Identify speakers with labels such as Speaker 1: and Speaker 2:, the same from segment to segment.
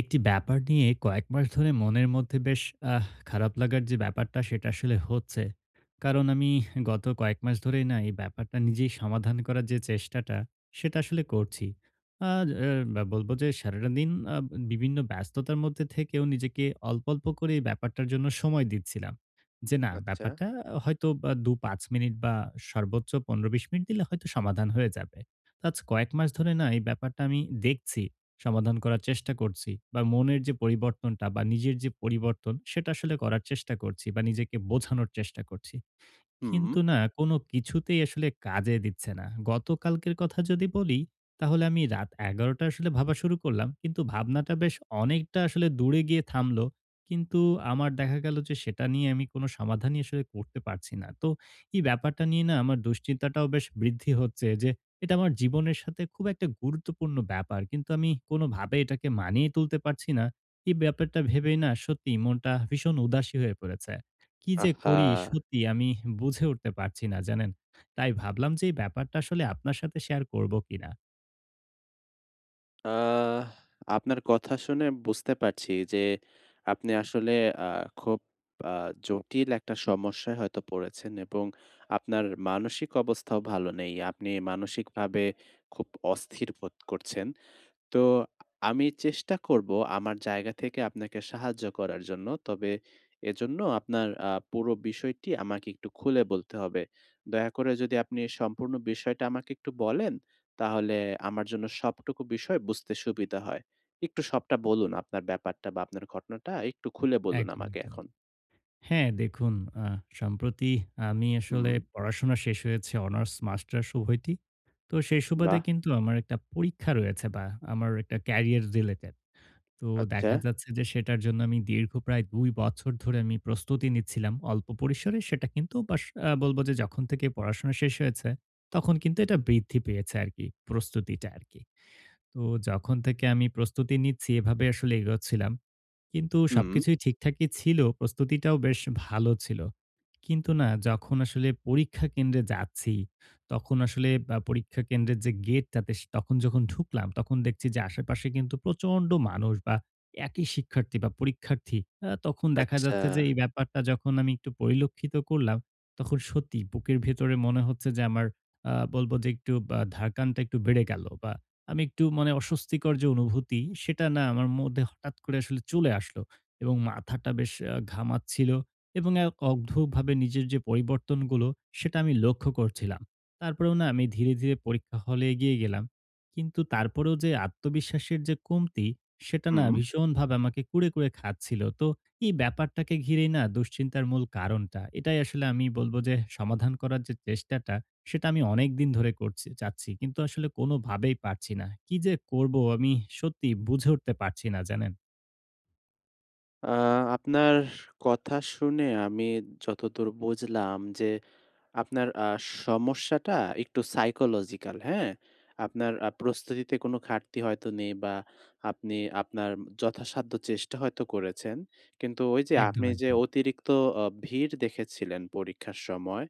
Speaker 1: একটি ব্যাপার নিয়ে কয়েক মাস ধরে মনের মধ্যে বেশ আহ, খারাপ লাগার যে ব্যাপারটা সেটা আসলে হচ্ছে। কারণ আমি গত কয়েক মাস ধরেই না এই ব্যাপারটা নিজেই সমাধান করার যে চেষ্টাটা সেটা আসলে করছি। আর বলবো যে সারাদিন আ বিভিন্ন ব্যস্ততার মধ্যে থেকেও নিজেকে অল্প, অল্প করে এই ব্যাপারটার জন্য সময় দিচ্ছিলাম। যে না
Speaker 2: আচ্ছা।
Speaker 1: ব্যাপারটা হয়তো বা ২-৫ মিনিট বা সর্বোচ্চ ১৫-২০ মিনিট দিলে হয়তো সমাধান হয়ে যাবে। তো আজ কয়েক মাস ধরে না এই ব্যাপারটা আমি দেখছি। সমাধান করার চেষ্টা করছি বা মনের যে পরিবর্তনটা বা নিজের যে পরিবর্তন সেটা আসলে করার চেষ্টা করছি বা নিজেকে বোঝানোর চেষ্টা করছি।
Speaker 2: হুম।
Speaker 1: কিন্তু না কোনো কিছুতেই আসলে কাজে দিচ্ছে না। গতকালকের কথা যদি বলি, তাহলে আমি রাত ১১ঃ০০ টা আসলে ভাবা শুরু করলাম। কিন্তু ভাবনাটা বেশ অনেকটা আসলে দূরে গিয়ে থামলো। কিন্তু আমার দেখা গেল যে সেটা নিয়ে আমি কোনো সমাধানই আসলে করতে পারছি না। তো এই ব্যাপারটা নিয়ে না আমার দুশ্চিন্তাটাও বেশ বৃদ্ধি হচ্ছে যে এটা আমার জীবনের সাথে খুব একটা গুরুত্বপূর্ণ ব্যাপার। কিন্তু আমি কোনোভাবে এটাকে মানিয়ে তুলতে পারছি না। এই ব্যাপারটা ভেবেই না সত্যিই মনটা ভীষণ উদাসী হয়ে পড়েছে। কি যে
Speaker 2: আহা!
Speaker 1: করি সত্যি আমি বুঝে উঠতে পারছি না জানেন? তাই ভাবলাম যে এই ব্যাপারটা আসলে আপনার সাথে শেয়ার করব কিনা?
Speaker 2: আহ আপনার কথা শুনে বুঝতে পারছি যে আপনি আসলে আ খুব আ জটিল একটা সমস্যায় হয়তো পড়েছেন এবং আপনার মানসিক অবস্থাও ভালো নেই। আপনি মানসিকভাবে খুব অস্থির বোধ করছেন। তো আমি চেষ্টা করব আমার জায়গা থেকে আপনাকে সাহায্য করার জন্য। তবে এজন্য আপনার পুরো বিষয়টি আমাকে একটু খুলে বলতে হবে। দয়া করে যদি আপনি সম্পূর্ণ বিষয়টা আমাকে একটু বলেন, তাহলে আমার জন্য সবটুকু বিষয় বুঝতে সুবিধা হয়। একটু সবটা বলুন আপনার ব্যাপারটা বা আপনার ঘটনাটা একটু খুলে বলুন
Speaker 1: একদম,
Speaker 2: আমাকে
Speaker 1: একদম।
Speaker 2: এখন।
Speaker 1: হ্যাঁ, দেখুন আ সম্প্রতি আমি
Speaker 2: হুম,
Speaker 1: আসলে পড়াশোনা শেষ হয়েছে অনার্স মাস্টার্স উভয়টি। তো সেই সুবাদে
Speaker 2: বাহ!
Speaker 1: কিন্তু আমার একটা পরীক্ষা রয়েছে বা আমার একটা ক্যারিয়ার রিলেটেড। তো
Speaker 2: আচ্ছা।
Speaker 1: দেখা যাচ্ছে যে সেটার জন্য আমি দীর্ঘ প্রায় ২ বছর ধরে আমি প্রস্তুতি নিচ্ছিলাম অল্প পরিসরে। সেটা কিন্তু বাস আ বলব যে যখন থেকে পড়াশোনা শেষ হয়েছে, তখন কিন্তু এটা বৃদ্ধি পেয়েছে আরকি, প্রস্তুতিটা আরকি। তো যখন থেকে আমি প্রস্তুতি নিচ্ছি এভাবে আসলে এগোচ্ছিলাম। কিন্তু
Speaker 2: হুম,
Speaker 1: সবকিছুই ঠিকঠাকই ছিল। প্রস্তুতিটাও বেশ ভালো ছিল। কিন্তু না যখন আসলে পরীক্ষা কেন্দ্রে যাচ্ছি, তখন আসলে পরীক্ষা কেন্দ্রের যে গেটটাতে সে তখন যখন ঢুকলাম, তখন দেখছি যে আশেপাশে কিন্তু প্রচন্ড মানুষ বা একই শিক্ষার্থী বা পরীক্ষার্থী। তখন দেখা
Speaker 2: আচ্ছা।
Speaker 1: যাচ্ছে যে এই ব্যাপারটা যখন আমি একটু পরিলক্ষিত করলাম, তখন সত্যি বুকের ভেতরে মনে হচ্ছে যে আমার বলব যে একটু বা ধারকানটা একটু বেড়ে গেল বা আমি একটু মানে অস্বস্তিকর যে অনুভূতি, সেটা না আমার মধ্যে হঠাৎ করে আসলে চলে আসলো এবং মাথাটা বেশ ঘামাচ্ছিল। এবং এক অদ্ভুতভাবে নিজের যে পরিবর্তনগুলো সেটা আমি লক্ষ্য করছিলাম। তারপরেও না আমি ধীরে, ধীরে পরীক্ষা হলে এগিয়ে গেলাম। কিন্তু তারপরেও যে আত্মবিশ্বাসের যে কমতি সেটা না
Speaker 2: হুম।
Speaker 1: ভীষণভাবে আমাকে কুরে, কুরে খাচ্ছিল। তো এই ব্যাপারটাকে ঘিরেই না দুশ্চিন্তার মূল কারণটা। এটাই আসলে আমি বলব যে সমাধান করার যে চেষ্টাটা সেটা আমি অনেকদিন ধরে করছি চাচ্ছি। কিন্তু আসলে কোনোভাবেই পারছি না। কি যে করব আমি সত্যি বুঝে উঠতে পারছি না জানেন?
Speaker 2: আ আপনার কথা শুনে আমি যতদূর বুঝলাম যে আপনার সমস্যাটা একটু সাইকোলজিক্যাল, হ্যাঁ? আপনার প্রস্তুতিতে কোনো ঘাটতি হয়তো নেই বা আপনি আপনার যথাসাধ্য চেষ্টা হয়তো করেছেন। কিন্তু ওই যে
Speaker 1: একদম,
Speaker 2: আপনি যে
Speaker 1: একদম।
Speaker 2: অতিরিক্ত ভিড় দেখেছিলেন পরীক্ষার সময়,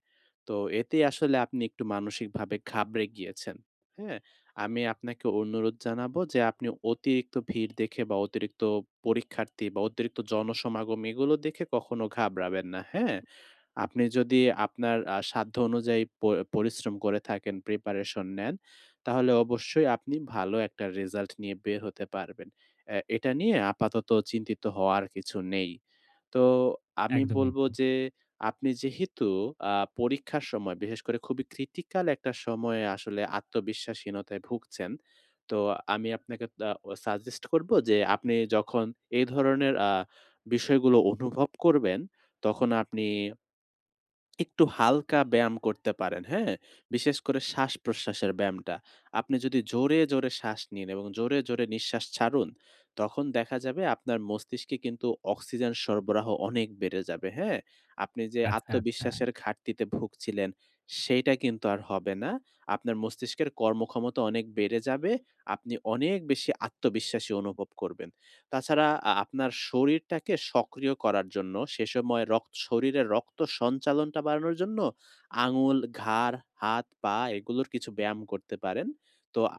Speaker 2: তো এতেই আসলে আপনি একটু মানসিকভাবে ঘাবড়ে গিয়েছেন, হ্যাঁ? আমি আপনাকে অনুরোধ জানাবো যে আপনি অতিরিক্ত ভিড় দেখে বা অতিরিক্ত পরীক্ষার্থী বা অতিরিক্ত জনসমাগম এগুলো দেখে কখনো ঘাবড়াবেন না, হ্যাঁ? আপনি যদি আপনার সাধ্য অনুযায়ী পরিশ্রম করে থাকেন, প্রিপারেশন নেন, তাহলে অবশ্যই আপনি ভালো একটা রেজাল্ট নিয়ে বের হতে পারবেন। এটা নিয়ে আপাতত চিন্তিত হওয়ার কিছু নেই। তো আমি
Speaker 1: একদম,
Speaker 2: বলব
Speaker 1: একদম।
Speaker 2: যে, আপনি যেহেতু আ পরীক্ষার সময় বিশেষ করে খুবই ক্রিটিক্যাল একটা সময়ে আসলে আত্মবিশ্বাসহীনতায় ভুগছেন। তো আমি আপনাকে সাজেস্ট করব যে, আপনি যখন এই ধরনের বিষয়গুলো অনুভব করবেন, তখন আপনি একটু হালকা ব্যায়াম করতে পারেন, হ্যাঁ? বিশেষ করে শ্বাস-প্রশ্বাসের ব্যায়ামটা। আপনি যদি জোরে, জোরে শ্বাস নিন এবং জোরে, জোরে নিঃশ্বাস ছাড়ুন, তখন দেখা যাবে আপনার মস্তিষ্কে কিন্তু অক্সিজেন সরবরাহ অনেক বেড়ে যাবে, হ্যাঁ? আপনি যে
Speaker 1: আচ্ছা, আচ্ছা।
Speaker 2: আত্মবিশ্বাসের ঘাটতিতে ভুগছিলেন, সেইটা কিন্তু আর হবে না। আপনার মস্তিষ্কের কর্মক্ষমতা অনেক বেড়ে যাবে। আপনি অনেক বেশি আত্মবিশ্বাসী অনুভব করবেন। তাছাড়া আপনার শরীরটাকে সক্রিয় করার জন্য সে সময় শরীরের রক্ত সঞ্চালনটা বাড়ানোর জন্য আঙুল, ঘাড়, হাত, পা এগুলোর কিছু ব্যায়াম করতে পারেন। তো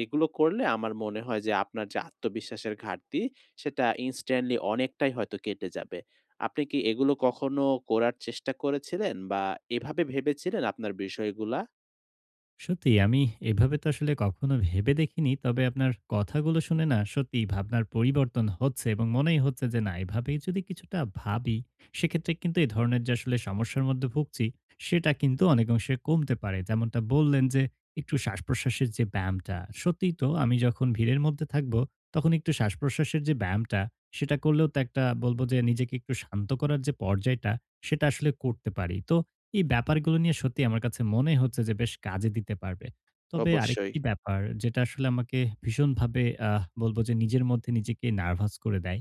Speaker 2: এগুলো করলে আমার মনে হয় যে আপনার যে আত্মবিশ্বাসের ঘাটতি সেটা ইনস্ট্যান্টলি অনেকটাই হয়তো কেটে যাবে। আপনি কি এগুলো কখনো করার চেষ্টা করেছিলেন বা এভাবে ভেবেছিলেন আপনার বিষয়গুলা?
Speaker 1: সত্যি আমি এভাবে তো আসলে কখনো ভেবে দেখিনি। তবে আপনার কথাগুলো শুনে না সত্যিই ভাবনার পরিবর্তন হচ্ছে এবং মনেই হচ্ছে যে না এভাবেই যদি কিছুটা ভাবি, সেক্ষেত্রে কিন্তু এই ধরনের যে আসলে সমস্যার মধ্যে ভুগছি, সেটা কিন্তু অনেক অংশে কমতে পারে। যেমনটা বললেন যে একটু শ্বাসপ্রশ্বাসের যে ব্যায়ামটা, সত্যিই তো আমি যখন ভিড়ের মধ্যে থাকবো, তখন একটু শ্বাসপ্রশ্বাসের যে ব্যায়ামটা, সেটা করলেও তো একটা বলব যে নিজেকে একটু শান্ত করার যে পর্যায়টা, সেটা আসলে করতে পারি। তো এই ব্যাপারগুলো নিয়ে সত্যি আমার কাছে মনে হচ্ছে যে বেশ কাজে দিতে পারবে। তবে
Speaker 2: অবশ্যই।
Speaker 1: আরেকটি ব্যাপার যেটা আসলে আমাকে ভীষণভাবে বলব যে নিজের মধ্যে নিজেকে নার্ভাস করে দেয়।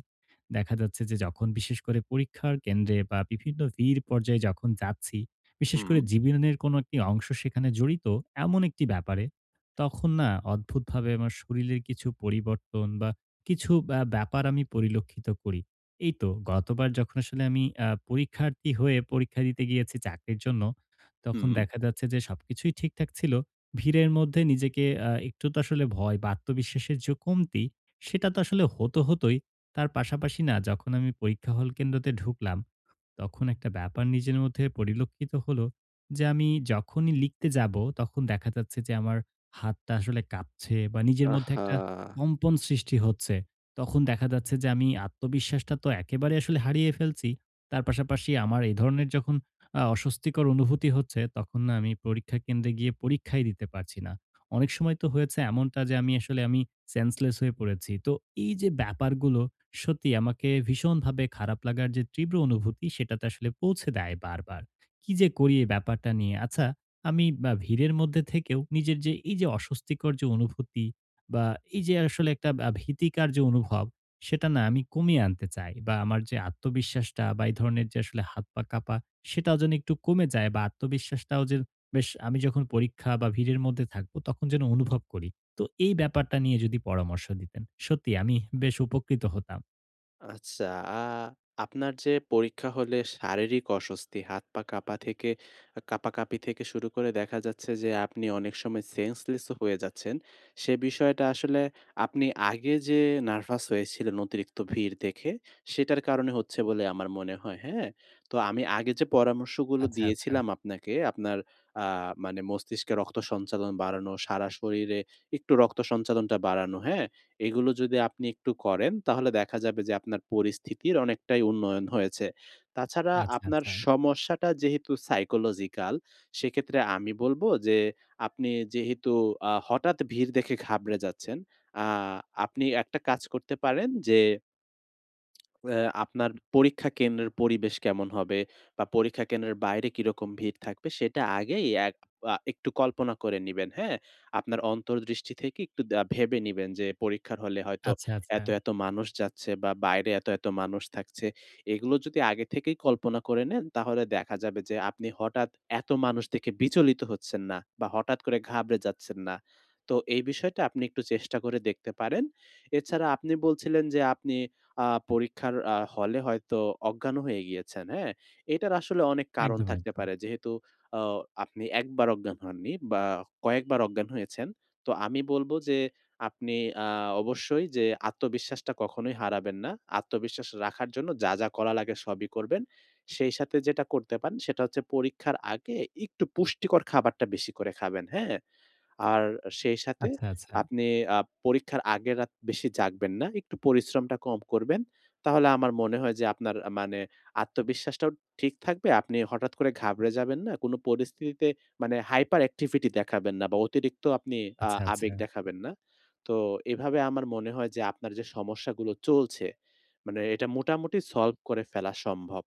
Speaker 1: দেখা যাচ্ছে যে যখন বিশেষ করে পরীক্ষার কেন্দ্রে বা বিভিন্ন ভিড় পর্যায়ে যখন যাচ্ছি, বিশেষ
Speaker 2: হুম,
Speaker 1: করে জীবনের কোনো একটি অংশ সেখানে জড়িত এমন একটি ব্যাপারে, তখন না অদ্ভুতভাবে আমার শরীরের কিছু পরিবর্তন বা কিছু ব্যাপার আমি পরিলক্ষিত করি। এই তো গতবার যখন আসলে আমি পরীক্ষার্থী হয়ে পরীক্ষা দিতে গিয়েছি চাকরির জন্য, তখন
Speaker 2: হুম।
Speaker 1: দেখা যাচ্ছে যে সবকিছুই ঠিকঠাক ছিল। ভিড়ের মধ্যে নিজেকে একটু তো আসলে ভয় বা আত্মবিশ্বাসের যে কমতি, সেটা তো আসলে হতো, হতোই। তার পাশাপাশি না যখন আমি পরীক্ষা হল কেন্দ্রতে ঢুকলাম, তখন একটা ব্যাপার নিজের মধ্যে পরিলক্ষিত হলো যে আমি যখনই লিখতে যাব তখন দেখা যাচ্ছে যে আমার হাতটা আসলে কাঁপছে বা নিজের মধ্যে
Speaker 2: আহা!
Speaker 1: একটা কম্পন সৃষ্টি হচ্ছে। তখন দেখা যাচ্ছে যে আমি আত্মবিশ্বাসটা তো একেবারে আসলে হারিয়ে ফেলছি। তার পাশাপাশি আমার এই ধরনের যখন অস্বস্তিকর অনুভূতি হচ্ছে তখন না আমি পরীক্ষা কেন্দ্রে গিয়ে পরীক্ষাই দিতে পারছি না। অনেক সময় তো হয়েছে এমনটা যে আমি সেন্সলেস হয়ে পড়েছি। তো এই যে ব্যাপারগুলো সত্যি আমাকে ভীষণভাবে খারাপ লাগার যে তীব্র অনুভূতি সেটাতে আসলে পৌঁছে দেয় বারবার। কি যে করি এই ব্যাপারটা নিয়ে? আচ্ছা আমি বা ভিড়ের মধ্যে থেকেও নিজের যে এই যে অস্বস্তিকর যে অনুভূতি বা এই যে আসলে একটা ভীতিকর যে অনুভব সেটা না আমি কমিয়ে আনতে চাই বা আমার যে আত্মবিশ্বাসটা বা এই ধরনের যে আসলে হাত-পা কাঁপা সেটাও যেন একটু কমে যায় বা আত্মবিশ্বাসটাও যে বেশ আমি যখন পরীক্ষা বা ভিড়ের মধ্যে থাকবো তখন যেন অনুভব করি। তো এই ব্যাপারটা নিয়ে যদি পরামর্শ দিতেন, সত্যি আমি বেশ উপকৃত হতাম।
Speaker 2: আচ্ছা, আ আপনার যে পরীক্ষা হলে শারীরিক অস্বস্তি, হাত-পা কাঁপা থেকে কাঁপাকাঁপি থেকে শুরু করে দেখা যাচ্ছে যে আপনি অনেক সময় সেন্সলেসও হয়ে যাচ্ছেন। সে বিষয়টা আসলে আপনি আগে যে নার্ভাস হয়েছিলেন অতিরিক্ত ভিড় দেখে, সেটার কারণে হচ্ছে বলে আমার মনে হয়, হ্যাঁ? তো আমি আগে যে পরামর্শগুলো
Speaker 1: আচ্ছা, আচ্ছা।
Speaker 2: দিয়েছিলাম আপনাকে, আপনার আ মানে মস্তিষ্কে রক্ত সঞ্চালন বাড়ানো, সারা শরীরে একটু রক্ত সঞ্চালনটা বাড়ানো, হ্যাঁ? এগুলো যদি আপনি একটু করেন তাহলে দেখা যাবে যে আপনার পরিস্থিতির অনেকটাই উন্নয়ন হয়েছে। তাছাড়া
Speaker 1: আচ্ছা,
Speaker 2: আপনার
Speaker 1: আচ্ছা।
Speaker 2: সমস্যাটা যেহেতু সাইকোলজিক্যাল সেক্ষেত্রে আমি বলবো যে আপনি যেহেতু হঠাৎ ভিড় দেখে ঘাবড়ে যাচ্ছেন, আ আপনি একটা কাজ করতে পারেন যে আপনার পরীক্ষা কেন্দ্রের পরিবেশ কেমন হবে বা পরীক্ষা কেন্দ্রের বাইরে কিরকম ভিড় থাকবে সেটা আগেই এক আ একটু কল্পনা করে নিবেন, হ্যাঁ? আপনার অন্তর্দৃষ্টি থেকে একটু ভেবে নিবেন যে পরীক্ষার হলে হয়তো
Speaker 1: আচ্ছা, আচ্ছা।
Speaker 2: এত, এত মানুষ যাচ্ছে বা বাইরে এত, এত মানুষ থাকছে। এগুলো যদি আগে থেকেই কল্পনা করে নেন তাহলে দেখা যাবে যে আপনি হঠাৎ এত মানুষ দেখে বিচলিত হচ্ছেন না বা হঠাৎ করে ঘাবড়ে যাচ্ছেন না। তো এই বিষয়টা আপনি একটু চেষ্টা করে দেখতে পারেন। এছাড়া আপনি বলছিলেন যে আপনি আ পরীক্ষার হলে হয়তো অজ্ঞান হয়ে গিয়েছেন, হ্যাঁ? এটার আসলে অনেক কারণ
Speaker 1: একদম,
Speaker 2: থাকতে
Speaker 1: একদম।
Speaker 2: পারে। যেহেতু আ আপনি একবার অজ্ঞান হননি বা কয়েকবার অজ্ঞান হয়েছেন। তো আমি বলব যে আপনি আ অবশ্যই যে আত্মবিশ্বাসটা কখনোই হারাবেন না। আত্মবিশ্বাস রাখার জন্য যা, যা করা লাগে সবই করবেন। সেই সাথে যেটা করতে পারেন সেটা হচ্ছে পরীক্ষার আগে একটু পুষ্টিকর খাবারটা বেশি করে খাবেন, হ্যাঁ? আর সেই সাথে
Speaker 1: আচ্ছা, আচ্ছা।
Speaker 2: আপনি আ পরীক্ষার আগের রাত বেশি জাগবেন না। একটু পরিশ্রমটা কম করবেন। তাহলে আমার মনে হয় যে আপনার মানে আত্মবিশ্বাসটাও ঠিক থাকবে। আপনি হঠাৎ করে ঘাবড়ে যাবেন না। কোনো পরিস্থিতিতে মানে হাইপার অ্যাক্টিভিটি দেখাবেন না বা অতিরিক্ত আপনি
Speaker 1: আচ্ছা,
Speaker 2: আবেগ
Speaker 1: আচ্ছা।
Speaker 2: দেখাবেন না। তো এভাবে আমার মনে হয় যে আপনার যে সমস্যাগুলো চলছে, মানে এটা মোটামুটি সলভ করে ফেলা সম্ভব।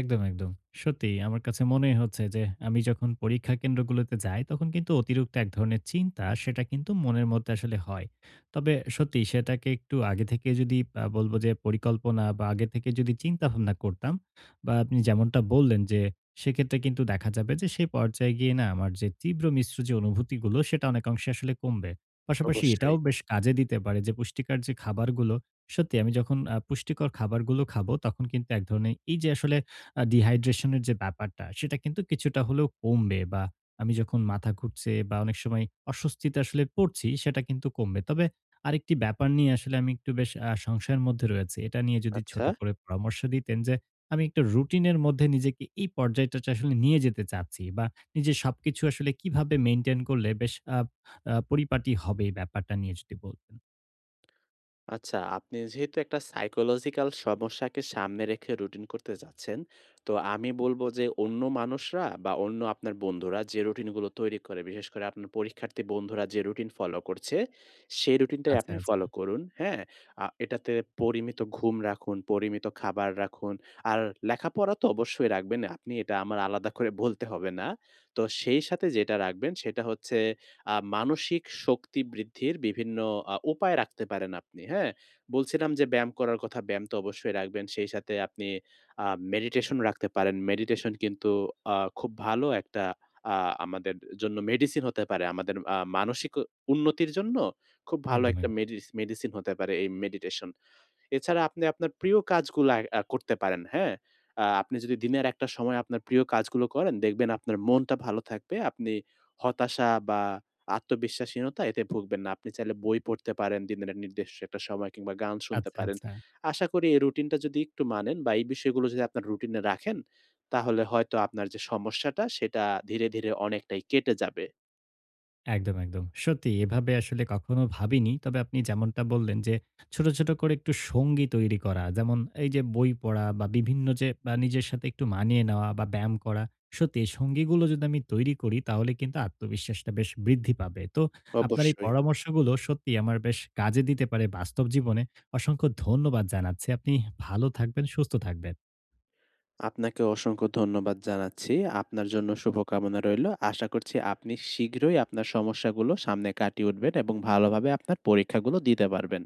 Speaker 1: একদম, একদম। সত্যিই আমার কাছে মনেই হচ্ছে যে আমি যখন পরীক্ষা কেন্দ্রগুলোতে যাই তখন কিন্তু অতিরিক্ত এক ধরনের চিন্তা সেটা কিন্তু মনের মধ্যে আসলে হয়। তবে সত্যি সেটাকে একটু আগে থেকে যদি বলব যে পরিকল্পনা বা আগে থেকে যদি চিন্তাভাবনা করতাম বা আপনি যেমনটা বললেন যে সেক্ষেত্রে কিন্তু দেখা যাবে যে সেই পর্যায়ে গিয়ে না আমার যে তীব্র মিশ্র যে অনুভূতিগুলো সেটা অনেকাংশে আসলে কমবে। পাশাপাশি
Speaker 2: অবশ্যই।
Speaker 1: এটাও বেশ কাজে দিতে পারে যে পুষ্টিকর যে খাবারগুলো সত্যি আমি যখন পুষ্টিকর খাবারগুলো খাবো তখন কিন্তু এক ধরনের এই যে আসলে ডিহাইড্রেশনের যে ব্যাপারটা সেটা কিন্তু কিছুটা হলেও কমবে বা আমি যখন মাথা ঘুরছে বা অনেক সময় অস্বস্তিতে আসলে পড়ছি সেটা কিন্তু কমবে। তবে আরেকটি ব্যাপার নিয়ে আসলে আমি একটু বেশ সংশয়ের মধ্যে রয়েছি। এটা নিয়ে যদি
Speaker 2: আচ্ছা।
Speaker 1: ছোট করে পরামর্শ দিতেন যে আমি একটা রুটিনের মধ্যে নিজেকে এই পর্যায়টাতে আসলে নিয়ে যেতে চাচ্ছি বা নিজের সবকিছু আসলে কিভাবে মেইনটেইন করলে বেশ আ আ পরিপাটি হবে এই ব্যাপারটা নিয়ে যদি বলতেন।
Speaker 2: আচ্ছা, আপনি যেহেতু একটা সাইকোলজিক্যাল সমস্যাকে সামনে রেখে রুটিন করতে যাচ্ছেন, তো আমি বলব যে অন্য মানুষরা বা অন্য আপনার বন্ধুরা যে রুটিনগুলো তৈরি করে, বিশেষ করে আপনার পরীক্ষার্থী বন্ধুরা যে রুটিন ফলো করছে, সেই রুটিনটাই
Speaker 1: আচ্ছা,
Speaker 2: আপনি
Speaker 1: আচ্ছা।
Speaker 2: ফলো করুন, হ্যাঁ? এটাতে পরিমিত ঘুম রাখুন, পরিমিত খাবার রাখুন। আর লেখাপড়া তো অবশ্যই রাখবেন, আপনি এটা আমার আলাদা করে বলতে হবে না। তো সেই সাথে যেটা রাখবেন সেটা হচ্ছে মানসিক শক্তি বৃদ্ধির বিভিন্ন উপায় রাখতে পারেন আপনি, হ্যাঁ? বলছিলাম যে ব্যায়াম করার কথা, ব্যায়াম তো অবশ্যই রাখবেন। সেই সাথে আপনি আ মেডিটেশন রাখতে পারেন। মেডিটেশন কিন্তু খুব ভালো একটা আ আমাদের জন্য মেডিসিন হতে পারে। আমাদের মানসিক উন্নতির জন্য খুব ভালো
Speaker 1: একদম,
Speaker 2: একটা
Speaker 1: একদম।
Speaker 2: মেডিসিন হতে পারে এই মেডিটেশন। এছাড়া আপনি আপনার প্রিয় কাজগুলা আ আ, করতে পারেন, হ্যাঁ? আপনি যদি দিনের একটা সময় আপনার প্রিয় কাজগুলো করেন, দেখবেন আপনার মনটা ভালো থাকবে। আপনি হতাশা বা আত্মবিশ্বাসহীনতা এতে ভুগবেন না। আপনি চাইলে বই পড়তে পারেন দিনের নির্দিষ্ট একটা সময় কিংবা গান শুনতে
Speaker 1: আচ্ছা,
Speaker 2: পারেন।
Speaker 1: আচ্ছা।
Speaker 2: আশা করি এই রুটিনটা যদি একটু মানেন বা এই বিষয়গুলো যদি আপনার রুটিনে রাখেন, তাহলে হয়তো আপনার যে সমস্যাটা সেটা ধীরে, ধীরে অনেকটাই কেটে যাবে।
Speaker 1: একদম, একদম। সত্যি এভাবে আসলে কখনো ভাবিনি। তবে আপনি যেমনটা বললেন যে, ছোট, ছোট করে একটু সঙ্গী তৈরি করা। যেমন এই যে বই পড়া বা বিভিন্ন যে নিজের সাথে একটু মানিয়ে নেওয়া বা ব্যায়াম করা। সত্যি এই সঙ্গীগুলো যদি আমি তৈরি করি তাহলে কিন্তু আত্মবিশ্বাসটা বেশ বৃদ্ধি পাবে। তো আপনার এই
Speaker 2: অবশ্যই।
Speaker 1: পরামর্শগুলো সত্যিই আমার বেশ কাজে দিতে পারে বাস্তব জীবনে। অসংখ্য ধন্যবাদ জানাচ্ছি। আপনি ভালো থাকবেন, সুস্থ থাকবেন।
Speaker 2: আপনাকে অসংখ্য ধন্যবাদ জানাচ্ছি। আপনার জন্য শুভকামনা রইলো। আশা করছি আপনি শীঘ্রই আপনার সমস্যাগুলো সামনে কাটিয়ে উঠবেন এবং ভালোভাবে আপনার পরীক্ষাগুলো দিতে পারবেন।